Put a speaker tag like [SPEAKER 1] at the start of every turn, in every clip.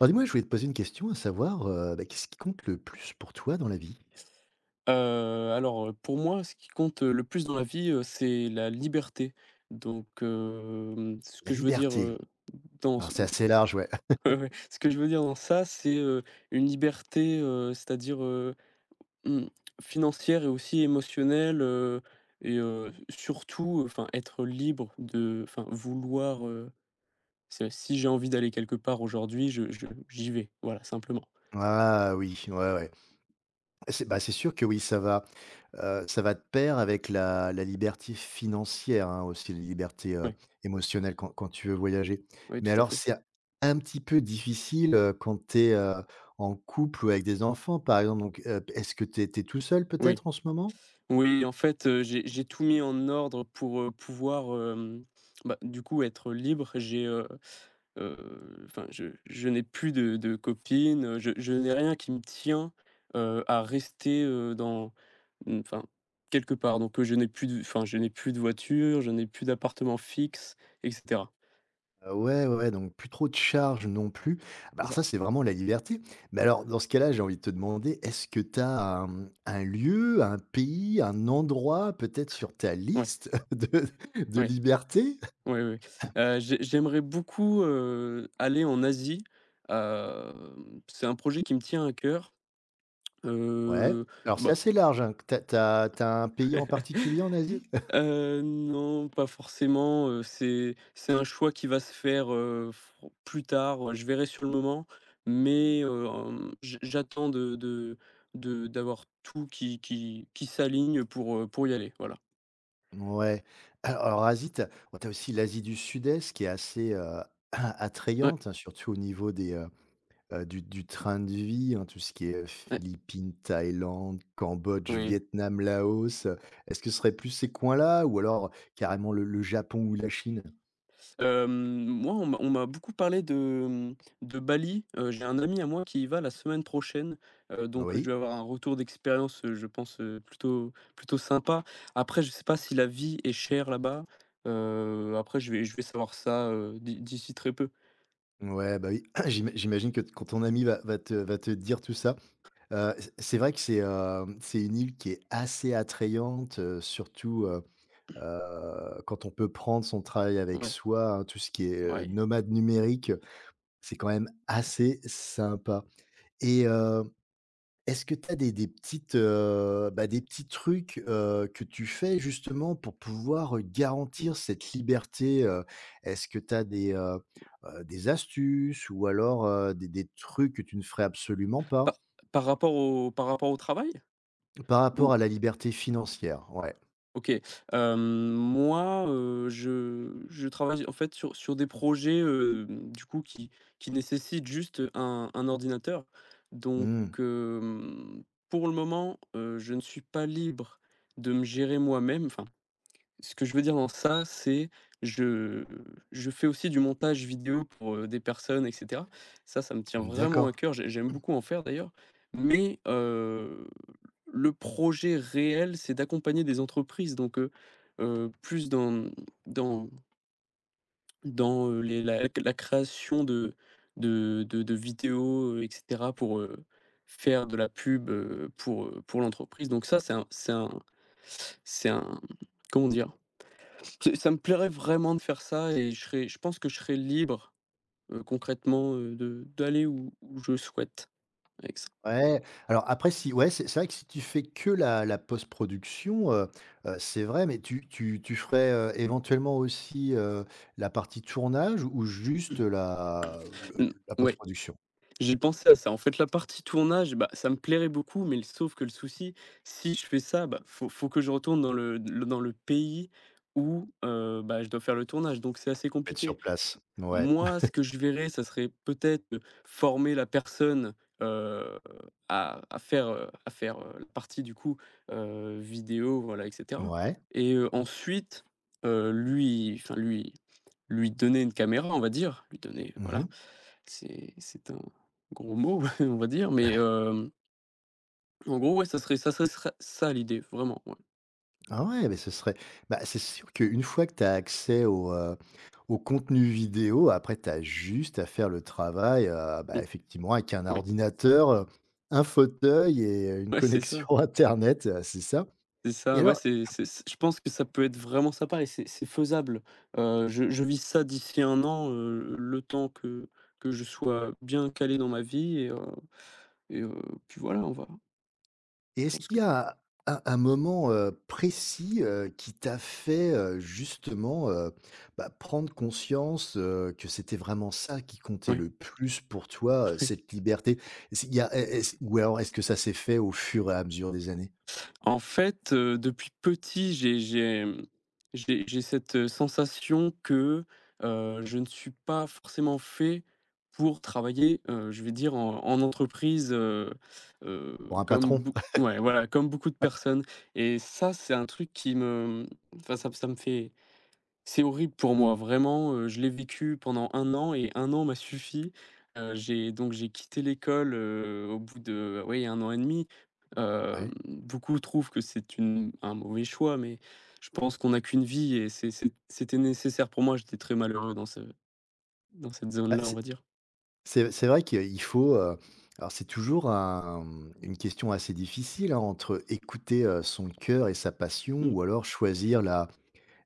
[SPEAKER 1] Alors dis-moi, je voulais te poser une question, à savoir, bah, qu'est-ce qui compte le plus pour toi dans la vie?
[SPEAKER 2] Alors, pour moi, ce qui compte le plus dans la vie, c'est la liberté. Donc, ce
[SPEAKER 1] La
[SPEAKER 2] que je veux dire,
[SPEAKER 1] liberté.
[SPEAKER 2] dans ce
[SPEAKER 1] Alors c'est assez large, ouais.
[SPEAKER 2] ouais, ouais, ce que je veux dire dans ça, c'est, une liberté, c'est-à-dire, mmh, financière et aussi émotionnelle, et surtout, enfin, être libre de enfin, vouloir, c'est si j'ai envie d'aller quelque part aujourd'hui, je j'y vais. Voilà, simplement.
[SPEAKER 1] Ah oui, ouais, ouais. C'est bah, c'est sûr que oui, ça va de pair avec la liberté financière, hein, aussi la liberté,
[SPEAKER 2] Oui,
[SPEAKER 1] émotionnelle quand tu veux voyager.
[SPEAKER 2] oui,
[SPEAKER 1] Mais
[SPEAKER 2] tout à
[SPEAKER 1] alors
[SPEAKER 2] fait.
[SPEAKER 1] c'est un petit peu difficile, quand tu es, en couple ou avec des enfants, par exemple, donc, est-ce que tu es tout seul
[SPEAKER 2] Oui.
[SPEAKER 1] peut-être en ce moment?
[SPEAKER 2] Oui, en fait, j'ai tout mis en ordre pour, pouvoir, bah, du coup, être libre. Heu, enfin, je n'ai plus de copine, je n'ai rien qui me tient, à rester, dans mmh, enfin, quelque part. Donc, je n'ai plus de enfin, je n'ai plus de voiture, je n'ai plus d'appartement fixe, et cetera.
[SPEAKER 1] Ouais, ouais, donc plus trop de charges non plus. Bah,
[SPEAKER 2] C'est
[SPEAKER 1] alors
[SPEAKER 2] ça.
[SPEAKER 1] ça, c'est vraiment la liberté. Mais alors, dans ce cas-là, j'ai envie de te demander, est-ce que tu as, un lieu, un pays, un endroit peut-être sur ta
[SPEAKER 2] Ouais,
[SPEAKER 1] liste de
[SPEAKER 2] ouais,
[SPEAKER 1] liberté?
[SPEAKER 2] ouais, ouais. J'aimerais beaucoup, aller en Asie. C'est un projet qui me tient à cœur.
[SPEAKER 1] Ouais.
[SPEAKER 2] Heu,
[SPEAKER 1] Alors c'est
[SPEAKER 2] bah,
[SPEAKER 1] assez large, hein, que tu as un pays en particulier en Asie?
[SPEAKER 2] Non, pas forcément, c'est un choix qui va se faire, fr plus tard, je verrai sur le moment, mais hem, j j'attends de d'avoir tout qui s'aligne pour y aller, voilà.
[SPEAKER 1] Ouais. Alors Asie, tu as ouais, aussi l'Asie du Sud-Est qui est assez,
[SPEAKER 2] Ouais,
[SPEAKER 1] attrayante, hein, surtout au niveau des, du train de vie, hein, tout ce qui est,
[SPEAKER 2] ouais,
[SPEAKER 1] Philippines, Thaïlande, Cambodge,
[SPEAKER 2] oui.
[SPEAKER 1] Vietnam, Laos, est-ce que ce serait plus ces coins-là ou alors carrément le Japon ou la Chine?
[SPEAKER 2] Moi, on m'a beaucoup parlé de Bali. J'ai un ami à moi qui y va la semaine prochaine, donc je vais
[SPEAKER 1] Oui,
[SPEAKER 2] avoir un retour d'expérience, je pense, plutôt sympa. Après, je sais pas si la vie est chère là-bas. Après, je vais savoir ça, d'ici très peu.
[SPEAKER 1] ouais, bah, oui, j'imagine que t quand ton ami va te dire tout ça, c'est vrai que c'est, c'est une île qui est assez attrayante, surtout, quand on peut prendre son travail avec
[SPEAKER 2] Ouais,
[SPEAKER 1] soi, hein, tout ce qui est,
[SPEAKER 2] ouais.
[SPEAKER 1] nomade numérique, c'est quand même assez sympa et est-ce que tu as des petites, bah, des petits trucs, que tu fais justement pour pouvoir
[SPEAKER 2] Mmh.
[SPEAKER 1] garantir cette liberté, Est-ce que tu as des astuces ou alors, des trucs que tu ne ferais absolument
[SPEAKER 2] Par
[SPEAKER 1] pas?
[SPEAKER 2] Par rapport au travail?
[SPEAKER 1] Par rapport
[SPEAKER 2] Ou
[SPEAKER 1] à la liberté financière, ouais.
[SPEAKER 2] OK, hem, moi, je travaille en fait sur des projets, du coup qui nécessitent juste un ordinateur. Donc,
[SPEAKER 1] Mmh,
[SPEAKER 2] hem, pour le moment, je ne suis pas libre de me gérer moi-même, enfin ce que je veux dire dans ça, c'est je je fais aussi du montage vidéo pour, des personnes, et cetera. Ça me tient vraiment à
[SPEAKER 1] d'accord.
[SPEAKER 2] cœur, j'aime beaucoup en faire d'ailleurs, mais le projet réel, c'est d'accompagner des entreprises, donc plus dans, mmh, dans dans, les la la création de vidéos, et cetera pour, faire de la pub, pour l'entreprise, donc ça, c'est un c'est un c'est un, comment dire? C'est Ça me plairait vraiment de faire ça, et je pense que je serais libre, concrètement, de d'aller où je souhaite avec ça.
[SPEAKER 1] Ouais, alors après si ouais, c'est vrai que si tu fais que la post-production, c'est vrai, mais tu ferais, éventuellement aussi, la partie tournage ou juste la
[SPEAKER 2] Mmh,
[SPEAKER 1] le la
[SPEAKER 2] ouais,
[SPEAKER 1] post-production?
[SPEAKER 2] j'ai pensé à ça. En fait, la partie tournage, bah, ça me plairait beaucoup, mais le sauf que le souci, si je fais ça, bah, faut que je retourne dans le pays où, bah, je dois faire le tournage, donc c'est assez
[SPEAKER 1] Être
[SPEAKER 2] compliqué.
[SPEAKER 1] sur place. Ouais.
[SPEAKER 2] Moi, ce que je verrais, ça serait peut-être, former la personne, heu, à faire, la partie du coup, vidéo, voilà, et cetera
[SPEAKER 1] Ouais.
[SPEAKER 2] et ensuite, lui enfin lui lui donner une caméra, on va dire, lui donner,
[SPEAKER 1] Mmh.
[SPEAKER 2] voilà, c'est un gros mot, on va dire, en gros, ouais, ça serait ça serait ça ça l'idée, vraiment, ouais.
[SPEAKER 1] Ah ouais, mais ce serait bah, c'est sûr qu'une fois que tu as accès au, au contenu vidéo, après tu as juste à faire le travail, bah,
[SPEAKER 2] Mmh,
[SPEAKER 1] effectivement avec un
[SPEAKER 2] oui,
[SPEAKER 1] ordinateur, un fauteuil et une
[SPEAKER 2] ouais, c'est
[SPEAKER 1] connexion
[SPEAKER 2] ça.
[SPEAKER 1] internet, c'est ça?
[SPEAKER 2] C'est
[SPEAKER 1] Et
[SPEAKER 2] ça, ouais,
[SPEAKER 1] alors,
[SPEAKER 2] c'est je pense que ça peut être vraiment sympa, et c'est faisable. Je vise ça d'ici un an, le temps que je sois bien calé dans ma vie, et heu, puis voilà, on va
[SPEAKER 1] Et
[SPEAKER 2] je
[SPEAKER 1] est-ce
[SPEAKER 2] pense
[SPEAKER 1] qu'il
[SPEAKER 2] que
[SPEAKER 1] y a un moment, précis, qui t'a fait, justement, bah, prendre conscience, que c'était vraiment ça qui comptait
[SPEAKER 2] oui,
[SPEAKER 1] le plus pour toi,
[SPEAKER 2] oui.
[SPEAKER 1] cette liberté? Est-ce il y a est ce ou alors est-ce que ça s'est fait au fur et à mesure des années?
[SPEAKER 2] En fait, depuis petit, j'ai, hem, j'ai cette sensation que, je ne suis pas forcément fait pour travailler, je vais dire en entreprise, heu,
[SPEAKER 1] Pour un
[SPEAKER 2] comme
[SPEAKER 1] patron?
[SPEAKER 2] beau ouais, voilà, comme beaucoup de personnes, et ça, c'est un truc qui me, enfin, ça ça me fait c'est horrible pour moi, vraiment, je l'ai vécu pendant un an, et un an m'a suffi. J'ai Donc j'ai quitté l'école, au bout de, ouais, un an et demi.
[SPEAKER 1] Ouais.
[SPEAKER 2] Beaucoup trouvent que c'est une un mauvais choix, mais je pense qu'on n'a qu'une vie et c'était nécessaire pour moi. J'étais très malheureux dans cette
[SPEAKER 1] Bah,
[SPEAKER 2] zone-là, on va dire.
[SPEAKER 1] c'est vrai qu'il faut, alors c'est toujours un, une question assez difficile, hein, entre écouter, son cœur et sa passion
[SPEAKER 2] Mmh,
[SPEAKER 1] ou alors choisir la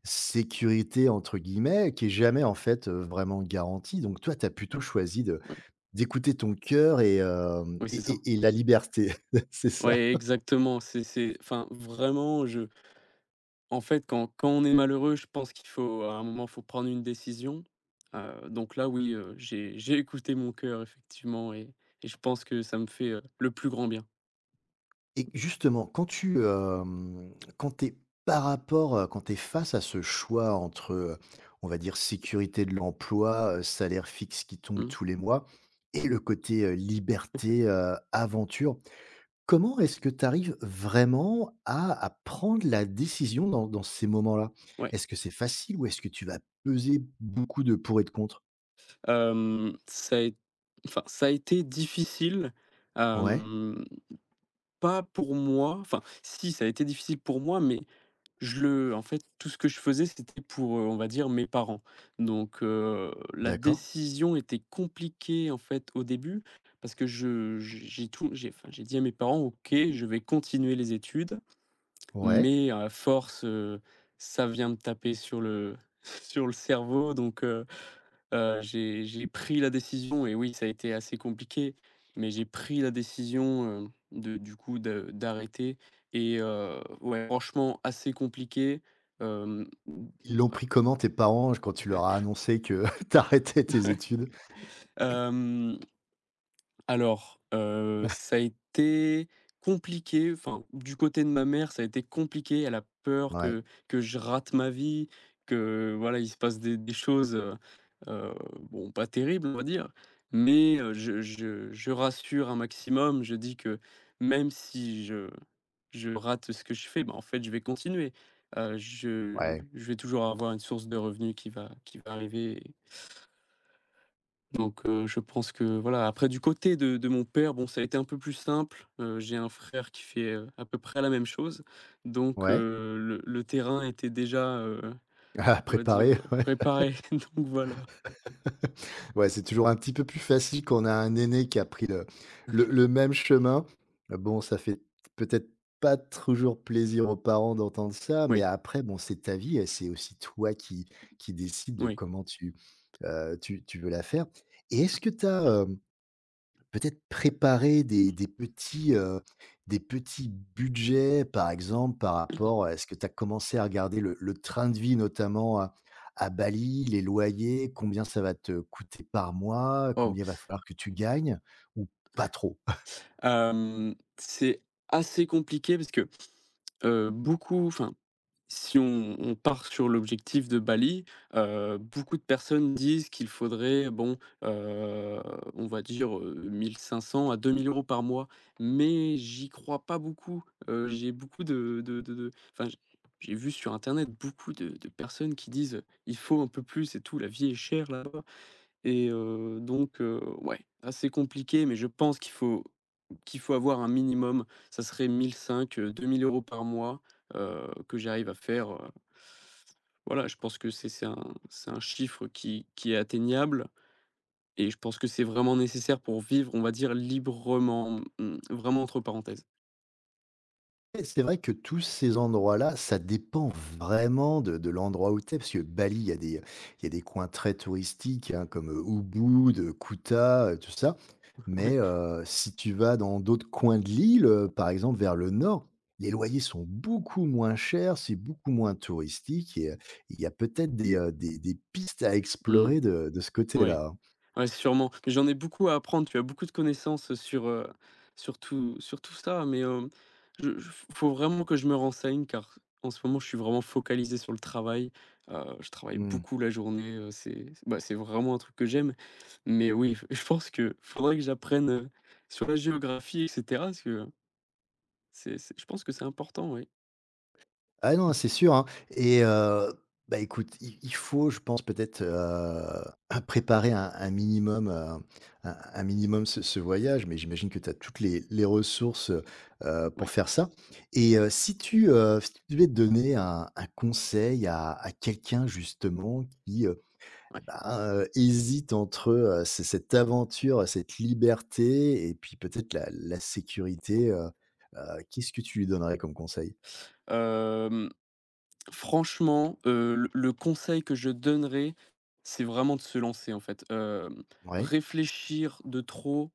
[SPEAKER 1] sécurité entre guillemets qui est jamais en fait, vraiment garantie donc toi tu as plutôt choisi de
[SPEAKER 2] oui,
[SPEAKER 1] d'écouter ton cœur et hem
[SPEAKER 2] oui,
[SPEAKER 1] et
[SPEAKER 2] c'est ça.
[SPEAKER 1] et et la liberté, c'est ça?
[SPEAKER 2] Ouais, exactement, c'est enfin, vraiment, je en fait, quand on est malheureux, je pense qu'il faut à un moment, faut prendre une décision. Donc là, oui, j'ai écouté mon cœur effectivement, et je pense que ça me fait, le plus grand bien.
[SPEAKER 1] Et justement quand tu, quand t'es par rapport, quand tu es face à ce choix entre, on va dire sécurité de l'emploi, salaire fixe qui tombe
[SPEAKER 2] Mmh,
[SPEAKER 1] tous les mois et le côté, liberté, aventure, comment est-ce que tu arrives vraiment à prendre la décision dans dans ces moments-là?
[SPEAKER 2] ouais.
[SPEAKER 1] Est-ce que c'est facile ou est-ce que tu vas peser beaucoup de pour et de contre?
[SPEAKER 2] Hem, ça a, é Enfin, ça a été difficile,
[SPEAKER 1] Ouais,
[SPEAKER 2] hem, pas pour moi, enfin si, ça a été difficile pour moi, mais. Je le En fait, tout ce que je faisais, c'était pour, on va dire, mes parents. Donc, la
[SPEAKER 1] d'accord,
[SPEAKER 2] décision était compliquée, en fait, au début, parce que je j'ai tout j'ai enfin, j'ai dit à mes parents: «OK, je vais continuer les études»,
[SPEAKER 1] ouais.
[SPEAKER 2] mais à force, ça vient me taper sur le sur le cerveau. J'ai pris la décision, et oui, ça a été assez compliqué, mais j'ai pris la décision, de du coup de d'arrêter, et ouais, franchement assez compliqué. Hem,
[SPEAKER 1] Ils l'ont pris comment tes parents quand tu leur as annoncé que t'arrêtais tes études?
[SPEAKER 2] hem Alors, ça a été compliqué, enfin, du côté de ma mère, ça a été compliqué. Elle a peur que
[SPEAKER 1] Ouais,
[SPEAKER 2] que je rate ma vie, que voilà, il se passe des choses, heu, bon, pas terribles, on va dire. Mais, je rassure un maximum. Je dis que même si je rate ce que je fais, bah, en fait, je vais continuer. Heu, je
[SPEAKER 1] ouais,
[SPEAKER 2] je vais toujours avoir une source de revenus qui va arriver, donc, je pense que voilà, après du côté de mon père, bon, ça a été un peu plus simple, j'ai un frère qui fait, à peu près la même chose, donc
[SPEAKER 1] ouais.
[SPEAKER 2] le terrain était déjà,
[SPEAKER 1] Ah,
[SPEAKER 2] on va dire,
[SPEAKER 1] préparé, ouais.
[SPEAKER 2] préparé, donc voilà.
[SPEAKER 1] Ouais, c'est toujours un petit peu plus facile quand on a un aîné qui a pris le même chemin. Bon, ça fait peut-être pas toujours plaisir aux parents d'entendre ça, mais
[SPEAKER 2] Oui,
[SPEAKER 1] après, bon, c'est ta vie et c'est aussi toi qui décides de
[SPEAKER 2] oui.
[SPEAKER 1] comment tu, tu veux la faire et est-ce que tu as peut-être préparer des petits budgets, par exemple, par rapport est-ce que tu as commencé à regarder le train de vie notamment à Bali, les loyers, combien ça va te coûter par mois,
[SPEAKER 2] Waouh!
[SPEAKER 1] combien va falloir que tu gagnes ou pas trop?
[SPEAKER 2] C'est assez compliqué parce que, beaucoup enfin, si on part sur l'objectif de Bali, beaucoup de personnes disent qu'il faudrait, bon, heu, on va dire, 1 500 à 2 000 € par mois, mais j'y crois pas beaucoup. J'ai beaucoup de Enfin, j'ai vu sur internet beaucoup de personnes qui disent: «Il faut un peu plus et tout, la vie est chère là-bas». Et ouais, assez compliqué, mais je pense qu'il faut avoir un minimum, ça serait mille cinq 2 000 € par mois, que j'arrive à faire, voilà, je pense que c'est un chiffre qui est atteignable, et je pense que c'est vraiment nécessaire pour vivre, on va dire, librement, vraiment entre parenthèses.
[SPEAKER 1] Et c'est vrai que tous ces endroits-là, ça dépend vraiment de l'endroit où tu es, parce que Bali, il y a des il y a des coins très touristiques, hein, comme, Ubud, Kuta, tout ça.
[SPEAKER 2] Oui.
[SPEAKER 1] Mais, si tu vas dans d'autres coins de l'île, par exemple vers le nord, les loyers sont beaucoup moins chers, c'est beaucoup moins touristique et il y a peut-être des pistes à
[SPEAKER 2] Mmh,
[SPEAKER 1] explorer de ce
[SPEAKER 2] ouais.
[SPEAKER 1] côté-là, hein.
[SPEAKER 2] Ouais, sûrement, mais j'en ai beaucoup à apprendre. Tu as beaucoup de connaissances, sur tout ça, mais, hem, je faut vraiment que je me renseigne, car en ce moment, je suis vraiment focalisé sur le travail. Je travaille
[SPEAKER 1] Mmh.
[SPEAKER 2] beaucoup la journée, c'est bah, c'est vraiment un truc que j'aime, mais oui, je pense que faudrait que j'apprenne, sur la géographie, et cetera, parce que c'est je pense que c'est important, oui.
[SPEAKER 1] Ah non, c'est sûr, hein, et bah, écoute, il faut, je pense, peut-être, préparer un minimum ce ce voyage, mais j'imagine que tu as toutes les ressources, pour
[SPEAKER 2] Oui,
[SPEAKER 1] faire ça et si tu, si tu devais donner un conseil à quelqu'un justement qui,
[SPEAKER 2] ouais.
[SPEAKER 1] eh ben, hésite entre, ce cette aventure, cette liberté et puis peut-être la sécurité, qu'est-ce que tu lui donnerais comme conseil?
[SPEAKER 2] Hem Franchement, le conseil que je donnerais, c'est vraiment de se lancer, en fait.
[SPEAKER 1] Ouais?
[SPEAKER 2] Réfléchir de trop,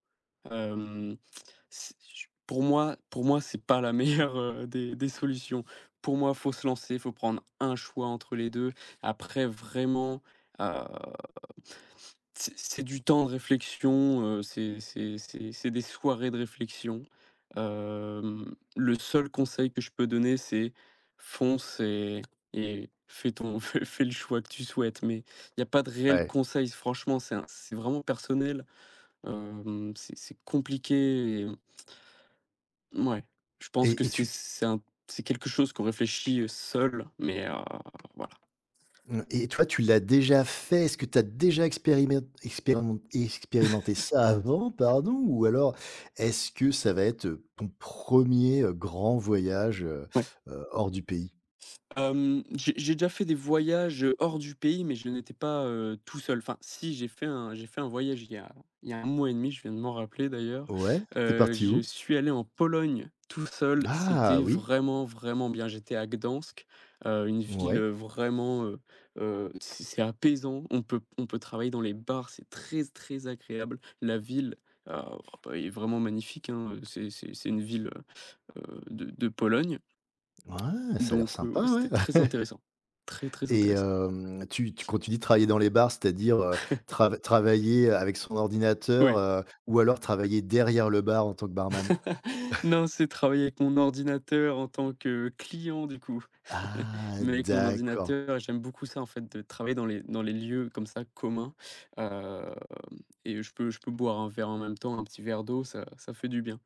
[SPEAKER 2] hem, c j pour moi, c'est pas la meilleure, des solutions. Pour moi, faut se lancer, faut prendre un choix entre les 2. Après, vraiment, c'est du temps de réflexion, c'est des soirées de réflexion. Le seul conseil que je peux donner, c'est fonce, et fais ton fais le choix que tu souhaites, mais il y a pas de réel
[SPEAKER 1] Ouais.
[SPEAKER 2] conseil. Franchement, c'est vraiment personnel. C'est compliqué, et mouais, je pense que
[SPEAKER 1] Et tu
[SPEAKER 2] c'est quelque chose qu'on réfléchit seul, mais voilà.
[SPEAKER 1] mmh et toi, tu l'as déjà fait? Est-ce que tu as déjà expérimenté ça avant, pardon? Ou alors est-ce que ça va être, ton premier er grand voyage,
[SPEAKER 2] Ouais.
[SPEAKER 1] hors du pays?
[SPEAKER 2] Hem, J'ai déjà fait des voyages, hors du pays, mais je n'étais pas, tout seul. Enfin si, j'ai fait un voyage il y a un mois et demi, je viens de m'en rappeler d'ailleurs.
[SPEAKER 1] Ouais, t'es parti
[SPEAKER 2] Je
[SPEAKER 1] où?
[SPEAKER 2] suis allé en Pologne tout seul,
[SPEAKER 1] Ah
[SPEAKER 2] c'était
[SPEAKER 1] oui,
[SPEAKER 2] vraiment, vraiment bien. J'étais à Gdansk, une ville,
[SPEAKER 1] ouais.
[SPEAKER 2] vraiment, c'est apaisant. On peut travailler dans les bars, c'est très, très agréable. La ville, heu, bah, est vraiment magnifique, hein, c'est une ville, de Pologne.
[SPEAKER 1] Ouais, ça a l'air
[SPEAKER 2] Donc,
[SPEAKER 1] sympa,
[SPEAKER 2] ouais,
[SPEAKER 1] ouais.
[SPEAKER 2] c'était très intéressant. Très, très
[SPEAKER 1] Et
[SPEAKER 2] intéressant.
[SPEAKER 1] hem, tu tu quand tu travailler dans les bars, c'est-à-dire, travailler avec son ordinateur,
[SPEAKER 2] Ouais.
[SPEAKER 1] ou alors travailler derrière le bar en tant que barman?
[SPEAKER 2] Non, c'est travailler avec mon ordinateur en tant que client du coup,
[SPEAKER 1] Ah
[SPEAKER 2] mais avec mon
[SPEAKER 1] d'accord.
[SPEAKER 2] ordinateur, j'aime beaucoup ça en fait de travailler dans les lieux comme ça communs, hem et je peux boire un verre en même temps, un petit verre d'eau, ça fait du bien.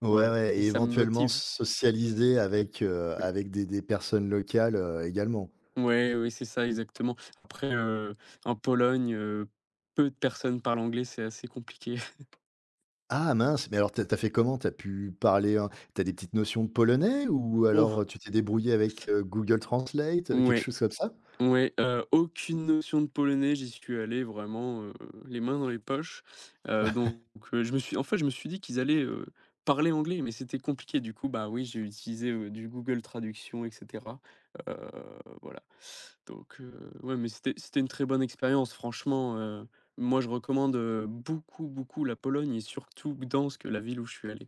[SPEAKER 1] Ouais,
[SPEAKER 2] Voilà,
[SPEAKER 1] ouais
[SPEAKER 2] et
[SPEAKER 1] et
[SPEAKER 2] ça me
[SPEAKER 1] éventuellement
[SPEAKER 2] motive.
[SPEAKER 1] socialiser avec,
[SPEAKER 2] Oui.
[SPEAKER 1] avec des personnes locales, également.
[SPEAKER 2] Ouais, oui, c'est ça exactement. Après, en Pologne, peu de personnes parlent anglais, c'est assez compliqué.
[SPEAKER 1] Ah mince, mais alors t'as as fait comment? T'as pu parler en tu des petites notions de polonais ou
[SPEAKER 2] Oh!
[SPEAKER 1] alors, tu t'es débrouillé avec, Google Translate, quelque
[SPEAKER 2] Ouais.
[SPEAKER 1] chose comme ça?
[SPEAKER 2] Ouais, aucune notion de polonais, j'y suis allé vraiment, les mains dans les poches, heu, donc je me suis en fait, je me suis dit qu'ils allaient, parler anglais, mais c'était compliqué. Du coup, bah, oui, j'ai utilisé, du Google Traduction, et cetera, heu, voilà, donc, ouais, mais c'était une très bonne expérience, franchement, moi, je recommande, beaucoup, beaucoup la Pologne, et surtout Gdansk, la ville où je suis allé.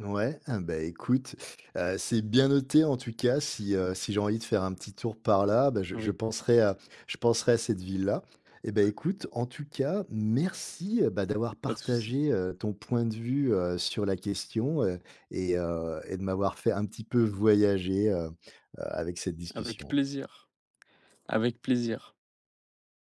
[SPEAKER 1] Ouais, ah bah, écoute, c'est bien noté en tout cas si, si j'ai envie de faire un petit tour par là, bah, je
[SPEAKER 2] Oui,
[SPEAKER 1] penserai à je penserai à cette ville-là et ben écoute, en tout cas, merci, bah, d'avoir
[SPEAKER 2] pas de souci,
[SPEAKER 1] partagé, ton point de vue, sur la question, et de m'avoir fait un petit peu voyager, avec cette
[SPEAKER 2] avec
[SPEAKER 1] discussion.
[SPEAKER 2] plaisir, avec plaisir.